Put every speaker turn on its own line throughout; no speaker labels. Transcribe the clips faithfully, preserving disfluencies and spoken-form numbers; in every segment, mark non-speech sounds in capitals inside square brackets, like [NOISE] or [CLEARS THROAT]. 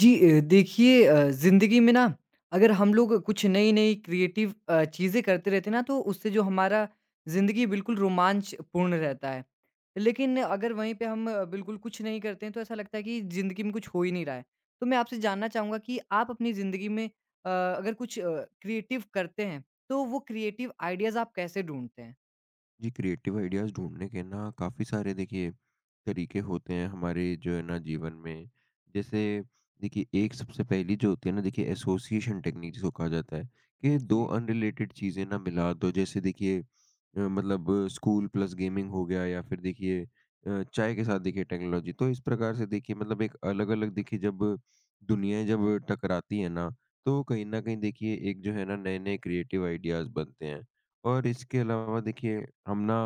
जी अ, देखिए अ, ज़िंदगी में ना अगर हम लोग कुछ नई-नई क्रिएटिव अ, चीज़ें करते रहते हैं ना तो उससे जो हमारा ज़िंदगी बिल्कुल रोमांचपूर्ण रहता है। लेकिन अगर वहीं पे हम अ, बिल्कुल कुछ नहीं करते हैं तो ऐसा लगता है कि ज़िंदगी में कुछ हो ही नहीं रहा है। तो मैं आपसे जानना चाहूँगा कि आप अपनी ज़िंदगी में अ, अगर कुछ अ, क्रिएटिव करते हैं तो वो क्रिएटिव आइडियाज़ आप कैसे ढूँढते हैं?
जी, क्रिएटिव आइडियाज़ ढूँढने के ना काफ़ी सारे देखिए तरीके होते हैं हमारे जो है ना जीवन में। जैसे देखिए एक सबसे पहली जो होती है ना देखिए एसोसिएशन टेक्नीक जिसको कहा जाता है
हुँ,
कि दो
जी।
अनरिलेटेड चीज़ें ना मिला दो। जैसे देखिए अ, मतलब स्कूल प्लस गेमिंग हो गया या फिर देखिए अ, चाय के साथ देखिए टेक्नोलॉजी। तो इस प्रकार से देखिए मतलब एक अलग-अलग देखिए जब दुनियाएँ जब टकराती हैं ना, तो कहीं न कहीं देखिए एक जो है ना नए-नए क्रिएटिव आइडियाज़ बनते हैं। और इसके अलावा देखिए हम ना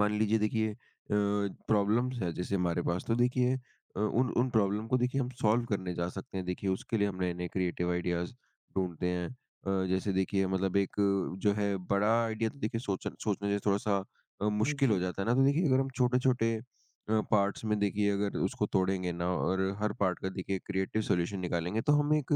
मान लीजिए देखिए प्रॉब्लम्स है जैसे हमारे पास, तो देखिए अ, उन उन प्रॉब्लम को देखिए हम सॉल्व करने जा सकते हैं। देखिए उसके लिए हम नए नए क्रिएटिव आइडियाज ढूंढते हैं। अ, जैसे देखिए मतलब एक अ, जो है बड़ा आइडिया, तो देखिए सोचना सोचने से थोड़ा सा अ, मुश्किल
जी।
हो जाता है ना, तो देखिए अगर हम छोटे छोटे पार्ट्स में देखिए अगर उसको तोड़ेंगे ना और हर पार्ट का देखिए क्रिएटिव सॉल्यूशन निकालेंगे, तो हम एक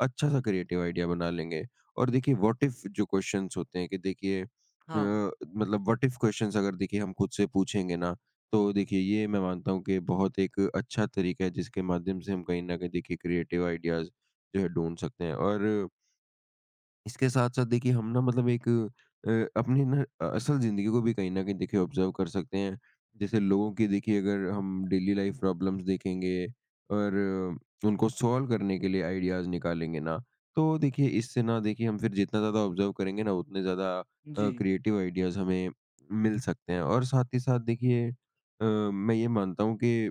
अच्छा सा क्रिएटिव आइडिया बना लेंगे। और देखिए व्हाट इफ जो क्वेश्चंस होते हैं कि देखिए
हाँ।
अ, मतलब व्हाट इफ क्वेश्चंस अगर देखिए हम खुद से पूछेंगे ना, तो देखिए ये मैं मानता हूँ कि बहुत एक अच्छा तरीका है जिसके माध्यम से हम कहीं न कहीं देखिए क्रिएटिव आइडियाज़ जो है ढूँढ सकते हैं। और इसके साथ-साथ देखिए हम ना मतलब एक अ, अपनी ना अ, असल ज़िंदगी को भी कहीं न कहीं देखिए ऑब्ज़र्व कर सकते हैं। जैसे लोगों की देखिए अगर हम डेली लाइफ़ प्रॉब्लम्स देखेंगे और अ, उनको सॉल्व करने के लिए आइडियाज़ निकालेंगे ना, तो देखिए इससे ना देखिए हम फिर जितना ज़्यादा ऑब्ज़र्व करेंगे ना, उतने ज़्यादा अ,
जी।
क्रिएटिव आइडियाज़ हमें मिल सकते हैं। और साथ ही साथ देखिए अ, मैं ये मानता हूँ कि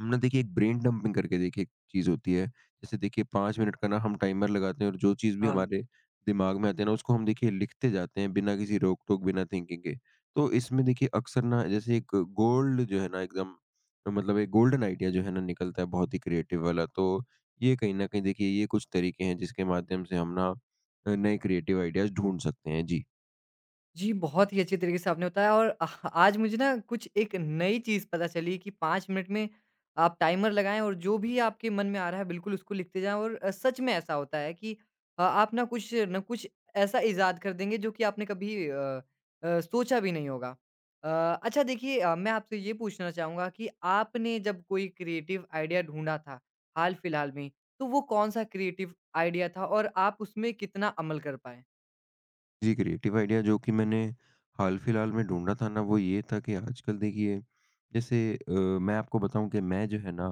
हमने देखिए एक ब्रेन डंपिंग करके देखिए एक चीज़ होती है। जैसे देखिए पाँच मिनट का ना हम टाइमर लगाते हैं और जो चीज़ भी
हाँ।
हमारे दिमाग में आती है ना, उसको हम देखिए लिखते जाते हैं, बिना किसी रोक-टोक, बिना थिंकिंग के। तो इसमें देखिए अक्सर ना जैसे एक गोल्ड जो है ना एकदम मतलब एक गोल्डन आइडिया जो है ना निकलता है, बहुत ही क्रिएटिव वाला। तो ये कहीं न कहीं देखिए ये कुछ तरीके हैं जिसके माध्यम से हम ना अ, नए क्रिएटिव आइडियाज़ ढूँढ सकते हैं। जी।
जी, बहुत ही अच्छी तरीके से आपने बताया और अह, आज मुझे ना कुछ एक नई चीज़ पता चली कि पाँच मिनट में आप टाइमर लगाएँ और जो भी आपके मन में आ रहा है बिल्कुल उसको लिखते जाएँ और अ, सच में ऐसा होता है कि अ, आप ना कुछ न कुछ ऐसा ईज़ाद कर देंगे जो कि आपने कभी अ अ, सोचा भी नहीं होगा। अ, अच्छा देखिए अ, मैं आपसे ये पूछना चाहूँगा कि आपने जब कोई क्रिएटिव आइडिया ढूँढा था, हाल-फिलहाल में, तो वो कौन-सा क्रिएटिव आइडिया था और आप उसमें कितना अमल कर पाए?
जी, क्रिएटिव आइडिया जो कि मैंने हाल-फिलहाल में ढूँढा था ना, वो ये था कि आजकल देखिए जैसे अ, मैं आपको बताऊँ कि मैं जो है ना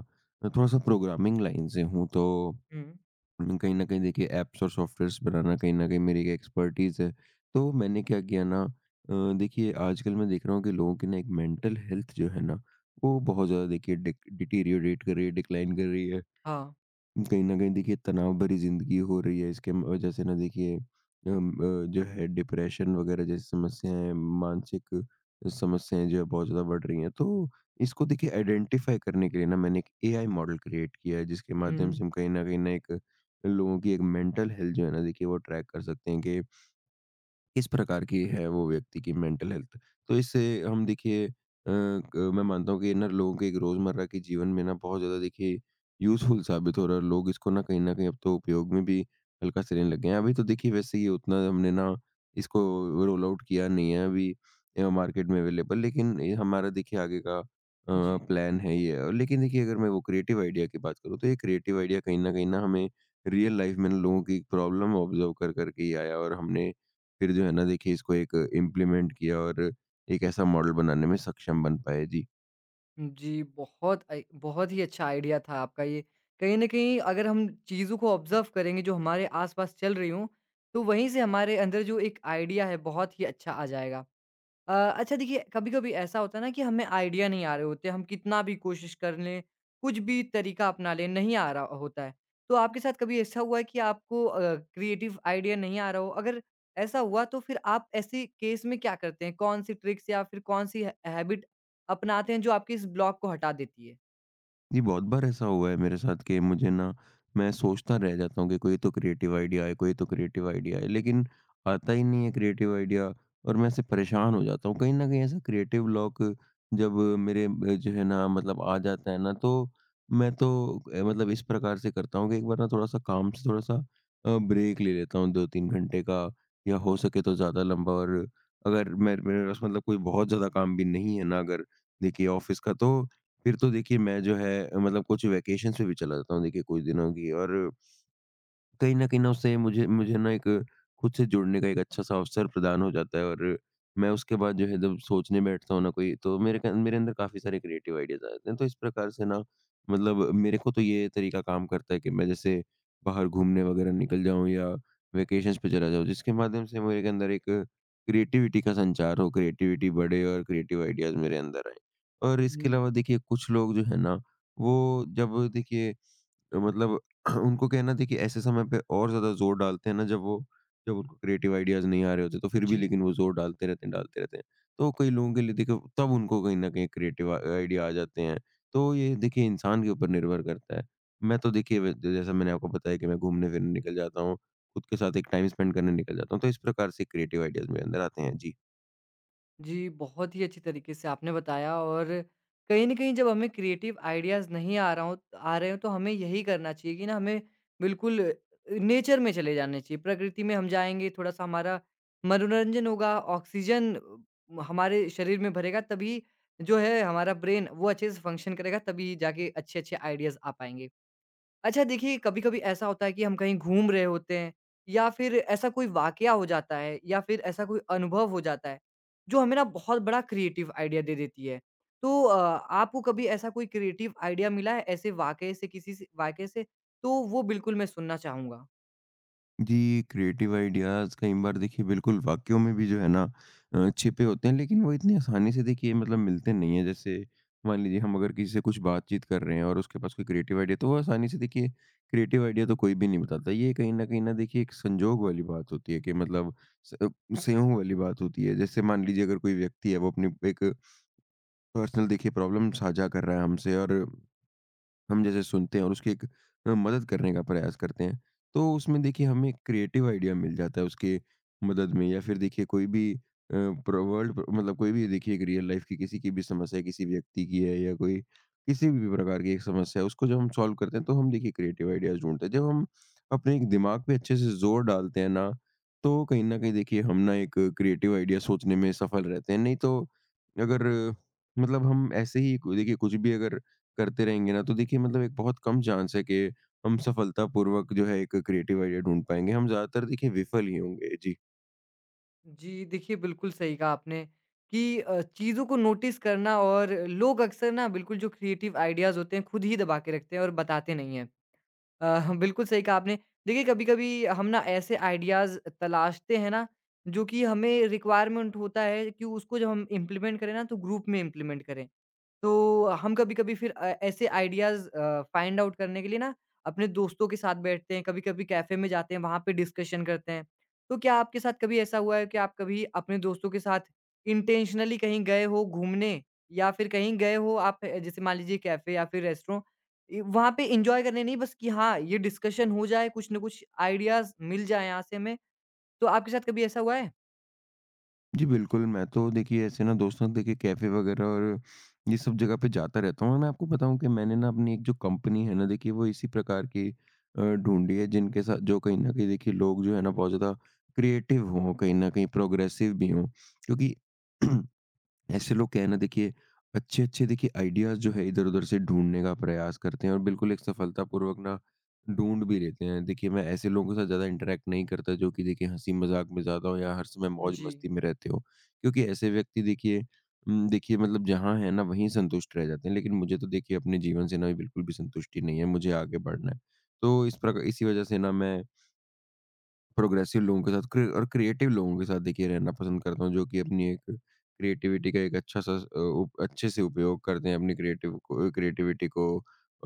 अ, थोड़ा-सा प्रोग्रामिंग लाइन से हूँ, तो
हुँ।
कहीं न कहीं देखिए ऐप्स और सॉफ्टवेयर्स बनाना कहीं न कहीं मेरी एक एक्सपर्टीज़ है। तो मैंने क्या किया ना, अ, देखिए आजकल मैं देख रहा हूँ कि लोगों की ना एक मेंटल हेल्थ जो है ना, वो बहुत ज़्यादा देखिए डिक डिटेरियोरेट कर रही है, डिक्लाइन कर रही है।
हाँ।
कहीं न कहीं देखिए तनाव भरी ज़िंदगी हो रही है, इसके म वजह से ना देखिए अम, अ, जो है डिप्रेशन वगैरह जैसी समस्याएँ, मानसिक समस्याएँ जो है बहुत ज़्यादा बढ़ रही हैं। तो इसको देखिए आइडेंटिफ़ाई करने के लिए ना मैंने एक एआई मॉडल क्रिएट किया है जिसके माध्यम से हम कहीं न कहीं ना एक लोगों की एक मेंटल हेल्थ जो है ना देखिए वो ट्रैक कर सकते हैं कि किस प्रकार की है वो व्यक्ति की मेंटल हेल्थ। तो इससे हम देखिए अ, क- मैं मानता हूँ कि ये ना लोगों के एक रोजमर्रा के जीवन में ना बहुत ज्यादा देखिए यूजफुल साबित हो रहा है। लोग इसको ना कहीं ना कहीं अब तो उपयोग में भी हल्का से लेने लग गए हैं। अभी तो देखिए वैसे ये उतना हमने ना इसको रोल आउट किया नहीं है, अभी मार्केट में अवेलेबल, लेकिन ये हमारा देखिए आगे का
जी।
प्लान है ये। और लेकिन देखिए अगर मैं वो क्रिएटिव आइडिया की बात करूँ, तो ये क्रिएटिव आइडिया कहीं ना कहीं ना हमें रियल लाइफ में ना लोगों की प्रॉब्लम ऑब्जर्व कर करके ही आया, और हमने फिर जो है ना देखिए इसको एक इम्प्लीमेंट किया और एक ऐसा मॉडल बनाने में सक्षम बन पाए। जी।
जी, बहुत अ, बहुत ही अच्छा आइडिया था आपका ये। कहीं न कहीं अगर हम चीज़ों को ऑब्ज़र्व करेंगे जो हमारे आस-पास चल रही हों, तो वहीं से हमारे अंदर जो एक आइडिया है बहुत ही अच्छा आ जाएगा। अ, अच्छा देखिए कभी-कभी ऐसा होता है ना कि हमें आइडिया नहीं आ रहे होते, हम कितना भी कोशिश कर लें, कुछ भी तरीका अपना लें, नहीं आ रहा होता है। तो आपके साथ कभी ऐसा हुआ है कि आपको अ, क्रिएटिव आइडिया नहीं आ रहा हो? अगर ऐसा हुआ तो फिर आप ऐसे केस में क्या करते हैं? कौन-सी ट्रिक्स या फिर कौन-सी है हैबिट अपनाते हैं जो आपके इस ब्लॉक को हटा देती है?
जी, बहुत बार ऐसा हुआ है मेरे साथ कि मुझे ना मैं सोचता रह जाता हूँ कि कोई तो क्रिएटिव आइडिया आए, कोई तो क्रिएटिव आइडिया आए, लेकिन आता ही नहीं है क्रिएटिव आइडिया, और मैं इससे परेशान हो जाता हूँ। कहीं न कहीं ऐसा क्रिएटिव ब्लॉक जब मेरे अ, जो है ना मतलब आ जाता है ना, तो मैं तो अ, मतलब इस प्रकार से करता हूँ कि एक बार ना थोड़ा-सा काम से थोड़ा-सा अ, ब्रेक ले लेता हूँ, दो तीन घंटे का, या हो सके तो ज़्यादा लंबा। और अगर मैं मेरे पास मतलब कोई बहुत ज़्यादा काम भी नहीं है ना अगर देखिए ऑफ़िस का, तो फिर तो देखिए मैं जो है मतलब कुछ वैकेशंस पे भी चला जाता हूँ, देखिए कुछ दिनों की। और कहीं न कहीं ना उससे मुझे मुझे ना एक खुद से जुड़ने का एक अच्छा-सा अवसर प्रदान हो जाता है। और मैं उसके बाद जो है जब सोचने बैठता हूँ ना, कोई तो मेरे क मेरे अंदर काफ़ी सारे क्रिएटिव आइडियाज़ आ जाते हैं। तो इस प्रकार से ना मतलब मेरे को तो ये तरीका काम करता है कि मैं जैसे बाहर घूमने वगैरह निकल जाऊँ या वेकेशंस पे चला जाऊँ, जिसके माध्यम से मेरे के अंदर एक क्रिएटिविटी का संचार हो, क्रिएटिविटी बढ़े और क्रिएटिव आइडियाज़ मेरे अंदर आएँ। और इसके
हुँ,
अलावा देखिए कुछ लोग जो है ना वो जब देखिए मतलब [CLEARS THROAT] उनको क्या है ना देखिए ऐसे समय पे और ज़्यादा ज़ोर डालते हैं ना, जब वो जब उनको क्रिएटिव आइडियाज़ नहीं आ रहे होते, तो फिर भी
जी।
लेकिन वो ज़ोर डालते रहते हैं, डालते रहते हैं। तो कई लोगों के लिए देखिए तब उनको कहीं न कहीं क्रिएटिव आ आइडिया आ जाते हैं। तो ये देखिए इंसान के ऊपर निर्भर करता है। मैं तो देखिए व जैसा मैंने आपको बताया कि मैं घूमने-फिरने निकल जाता हूँ, खुद के साथ एक टाइम स्पेंड करने निकल जाता हूँ। तो इस प्रकार से क्रिएटिव आइडियाज़ मेरे अंदर आते हैं। जी।
जी, बहुत ही अच्छी तरीके से आपने बताया और कहीं न कहीं जब हमें क्रिएटिव आइडियाज़ नहीं आ रहा हो आ रहे हों तो हमें यही करना चाहिए कि ना हमें बिल्कुल अ, नेचर में चले जाने चाहिए। प्रकृति में हम जाएँगे, थोड़ा-सा हमारा मनोरंजन होगा, ऑक्सीजन अ, हमारे शरीर में भरेगा तभी जो है हमारा ब्रेन वो अच्छे से फ़ंक्शन करेगा तभी जाके अच्छे-अच्छे आइडियाज़ आ पाएँगे। अच्छा देखिए, कभी-कभी ऐसा होता है कि हम कहीं घूम रहे होते हैं या फिर ऐसा कोई वाक़या हो जाता है या फिर ऐसा कोई अनुभव हो जाता है, जो हमें ना बहुत बड़ा क्रिएटिव आइडिया दे देती है। तो अ, आपको कभी ऐसा कोई क्रिएटिव आइडिया मिला है ऐसे वाक़ये से किसी से वाक़ये से? तो वो बिल्कुल मैं सुनना चाहूँगा।
जी, क्रिएटिव आइडियाज़ कई बार देखिए बिल्कुल वाक्यों में भी जो है ना अ, छिपे होते हैं, लेकिन वो इतनी आसानी से देखिए मतलब मिलते नहीं हैं। जैसे मान लीजिए हम अगर किसी से कुछ बातचीत कर रहे हैं और उसके पास कोई क्रिएटिव आइडिया, तो वो आसानी से देखिए क्रिएटिव आइडिया तो कोई भी नहीं बताता। ये कहीं न कहीं ना देखिए एक संजोग वाली बात होती है कि मतलब स अ, सेंहुं वाली बात होती है। जैसे मान लीजिए अगर कोई व्यक्ति है वो अपनी एक पर्सनल देखिए प्रॉब्लम साझा कर रहा है हमसे, और हम जैसे सुनते हैं और उसकी एक अ, मदद करने का प्रयास करते हैं, तो उसमें देखिए हमें क्रिएटिव आइडिया मिल जाता है उसके मदद में। या फिर देखिए कोई भी अ, प्र वर्ल्ड प्र मतलब कोई भी देखिए एक रियल लाइफ़ की किसी की भी समस्या है, किसी व्यक्ति की है या कोई किसी भी प्रकार की एक समस्या है, उसको जब हम सॉल्व करते हैं, तो हम देखिए क्रिएटिव आइडियाज़ ढूँढते हैं। जब हम अपने एक दिमाग पे अच्छे से ज़ोर डालते हैं ना, तो कहीं न कहीं देखिए हम ना एक क्रिएटिव आइडिया सोचने में सफल रहते हैं। नहीं तो अगर मतलब हम ऐसे ही को- देखिए कुछ भी अगर करते रहेंगे ना, तो देखिए मतलब एक बहुत कम चांस है कि हम सफलतापूर्वक जो है एक क्रिएटिव आइडिया ढूंढ पाएँगे। हम ज़्यादातर देखिए विफल ही होंगे। जी।
जी, देखिए बिल्कुल सही कहा आपने कि अ, चीज़ों को नोटिस करना और लोग अक्सर ना बिल्कुल जो क्रिएटिव आइडियाज़ होते हैं खुद ही दबा के रखते हैं और बताते नहीं हैं। अ, बिल्कुल सही कहा आपने। देखिए, कभी-कभी हम ना ऐसे आइडियाज़ तलाशते हैं ना, जो कि हमें रिक्वायरमेंट होता है कि उसको जब हम इम्प्लीमेंट करें ना, तो ग्रुप में इम्प्लीमेंट करें। तो हम कभी-कभी फिर अ, ऐसे आइडियाज़ अ, फाइंड आउट करने के लिए ना अपने दोस्तों के साथ बैठते हैं, कभी-कभी कैफ़े में जाते हैं, वहाँ पे डिस्कशन करते हैं। तो क्या आपके साथ कभी ऐसा हुआ है कि आप कभी अपने दोस्तों के साथ इंटेंशनली कहीं गए हो घूमने या फिर कहीं गए हो आप अ, जैसे मान लीजिए कैफ़े या फिर रेस्टोरेंट इ वहाँ पे एन्जॉय करने नहीं बस कि हाँ, ये डिस्कशन हो जाए, कुछ ना कुछ आइडियाज़ मिल जाएँ यहाँ से हमें। तो आपके साथ कभी ऐसा हुआ है?
जी बिल्कुल, मैं तो देखिए ऐसे ना दोस्तों देखिए कैफ़े वगैरह और ये सब जगह पे जाता रहता हूँ, और मैं आपको बताऊँ कि मैंने ना अपनी एक जो कंपनी है ना देखिए वो इसी प्रकार की अ, ढूँढी है, जिनके साथ जो कहीं न कहीं देखिए लोग जो है ना बहुत ज़्यादा क्रिएटिव हों, कहीं न कहीं प्रोग्रेसिव भी हों। क्योंकि [CLEARS THROAT] ऐसे लोग क्या है ना, देखिए अच्छे-अच्छे देखिए आइडियाज़ जो है इधर-उधर से ढूँढने का प्रयास करते हैं और बिल्कुल एक सफलतापूर्वक ना ढूँढ भी लेते हैं। देखिए मैं ऐसे लोगों के साथ ज़्यादा इंटरैक्ट नहीं करता जो कि देखिए हँसी-मज़ाक में ज़्यादा हो या हर समय
जी।
मौज-मस्ती में रहते हो। क्योंकि ऐसे व्यक्ति देखिए उम, देखिए मतलब जहाँ हैं ना वहीं संतुष्ट रह जाते हैं। लेकिन मुझे तो देखिए अपने जीवन से ना बिल्कुल भी संतुष्टि नहीं है, मुझे आगे बढ़ना है। तो इस प्रका इसी वज़ह से ना मैं प्रोग्रेसिव लोगों के साथ क्रि और क्रिएटिव लोगों के साथ देखिए रहना पसंद करता हूँ, जो कि अपनी एक क्रिएटिविटी का एक अच्छा-सा अ, उप अच्छे से उपयोग करते हैं अपनी क्रिएटिव को क्रिएटिविटी को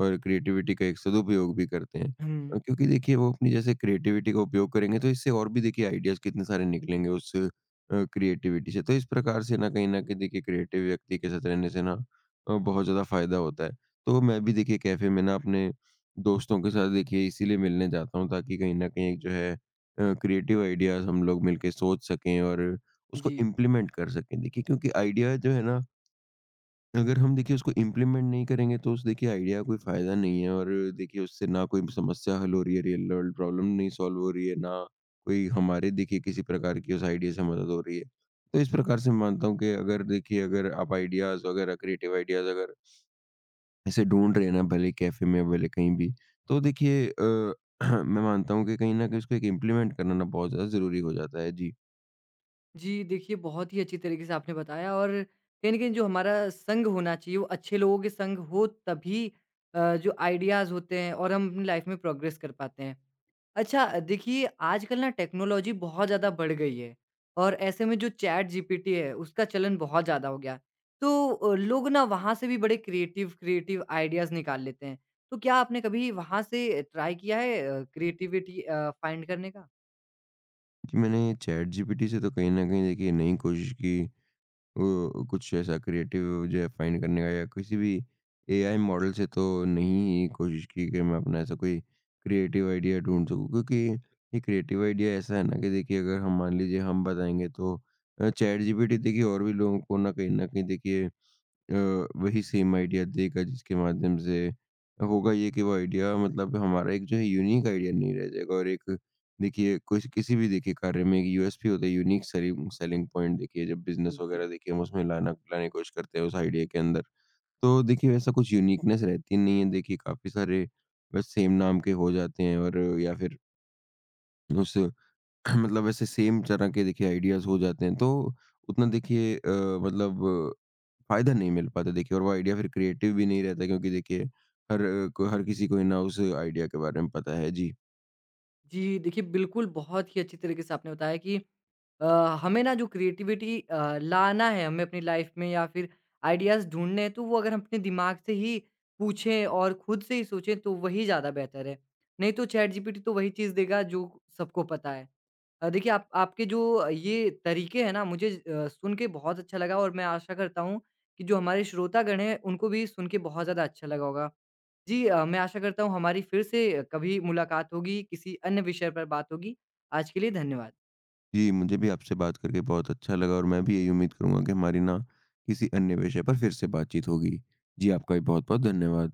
और क्रिएटिविटी का एक सदुपयोग भी करते हैं।
हुँ,
अ, क्योंकि देखिए वो अपनी जैसे क्रिएटिविटी का उपयोग करेंगे, तो इससे और भी देखिए आइडियाज़ कितने सारे निकलेंगे उस अ, क्रिएटिविटी से। तो इस प्रकार से ना कहीं न कहीं देखिए क्रिएटिव व्यक्ति के साथ रहने से ना अ, बहुत ज़्यादा फ़ायदा होता है। तो मैं भी देखिए कैफ़े में ना अपने दोस्तों के साथ देखिए इसीलिए मिलने जाता हूँ, ताकि कहीं न कहीं एक जो है क्रिएटिव आइडियाज हम लोग मिलके सोच सकें और उसको
जी।
इम्प्लीमेंट कर सकें। देखिए क्योंकि आइडिया जो है ना, अगर हम देखिए उसको इम्प्लीमेंट नहीं करेंगे, तो उस देखिए आइडिया कोई फायदा नहीं है, और देखिए उससे ना कोई समस्या हल हो रही है, रियल वर्ल्ड प्रॉब्लम नहीं सॉल्व हो रही है ना कोई हमारे देखिए किसी प्रकार की उस आइडिया से मदद हो रही है। तो इस प्रकार से मैं मानता हूँ कि अगर देखिए अगर आप आइडियाज वगैरह क्रिएटिव आइडियाज अगर इसे ढूँढ रहे हैं ना, भले कैफ़े में, भले कहीं भी, तो देखिए अ, [CLEARS THROAT] मैं मानता हूँ कि कहीं न कहीं उसको एक इम्प्लीमेंट करना ना बहुत ज़्यादा ज़रूरी हो जाता है। जी।
जी, देखिए बहुत ही अच्छी तरीके से आपने बताया और कहीं न कहीं जो हमारा संग होना चाहिए वो अच्छे लोगों के संग हो तभी अ, जो आइडियाज़ होते हैं और हम अपनी लाइफ़ में प्रोग्रेस कर पाते हैं। अच्छा देखिए आजकल ना टेक्नोलॉजी बहुत ज़्यादा बढ़ गई है और ऐसे में जो चैट जीपीटी है उसका चलन बहुत ज़्यादा हो गया। तो अ, लोग ना वहाँ से भी बड़े क्रिएटिव क्रिएटिव आइडियाज़ निकाल लेते हैं। तो क्या आपने कभी वहाँ से ट्राई किया है अ, क्रिएटिविटी अ, फाइंड करने का?
जी, मैंने चैटजीपीटी से तो कहीं न कहीं देखिए नई कोशिश की अ, कुछ ऐसा क्रिएटिव जो है फाइंड करने का, या किसी भी एआई मॉडल से तो नहीं कोशिश की कि मैं अपना ऐसा कोई क्रिएटिव आइडिया ढूँढ सकूँ। क्योंकि ये क्रिएटिव आइडिया ऐसा है ना कि देखिए अगर हम मान लीजिए हम बताएँगे, तो अ, चैटजीपीटी देखिए और भी लोगों को ना कहीं न कहीं देखिए अ, वही सेम आइडिया देगा, जिसके माध्यम से होगा ये कि वो आइडिया मतलब हमारा एक जो है यूनिक आइडिया नहीं रह जाएगा, और एक देखिए कुछ किसी भी देखिए कार्य में एक यूएसपी होता है, यूनिक सेलिंग सेलिंग पॉइंट, देखिए जब बिजनेस
जी।
वगैरह देखिए हम उसमें लाना लाने की कोशिश करते हैं उस आइडिया के अंदर। तो देखिए वैसा कुछ यूनिकनेस रहती नहीं है, देखिए काफी सारे बस सेम नाम के हो जाते हैं, और या फिर उस [CLEARS THROAT] मतलब ऐसे सेम तरह के देखिए आइडियाज़ हो जाते हैं, तो उतना देखिए अ, मतलब फ़ायदा नहीं मिल पाता देखिए, और वो आइडिया फिर क्रिएटिव भी नहीं रहता, क्योंकि देखिए हर अ, को हर किसी को ना उस आइडिया के बारे में पता है। जी।
जी, देखिए बिल्कुल, बहुत ही अच्छी तरीके से आपने बताया कि अ, हमें ना जो क्रिएटिविटी अ, लाना है हमें अपनी लाइफ में या फिर आइडियाज़ ढूँढने हैं, तो वो अगर हम अपने दिमाग से ही पूछें और खुद से ही सोचें तो वही ज़्यादा बेहतर है। नहीं तो चैट जीपीटी तो वही चीज़ देगा जो सबको पता है। अ, देखिए आप आपके जो ये तरीके हैं ना मुझे अ, सुन के बहुत अच्छा लगा और मैं आशा करता हूँ कि जो हमारे श्रोतागण हैं उनको भी सुन के बहुत ज़्यादा अच्छा लगा होगा। जी अ, मैं आशा करता हूँ हमारी फिर से कभी मुलाकात होगी, किसी अन्य विषय पर बात होगी। आज के लिए धन्यवाद।
जी, मुझे भी आपसे बात करके बहुत अच्छा लगा, और मैं भी यही उम्मीद करूँगा कि हमारी ना किसी अन्य विषय पर फिर से बातचीत होगी। जी, आपका भी बहुत-बहुत धन्यवाद।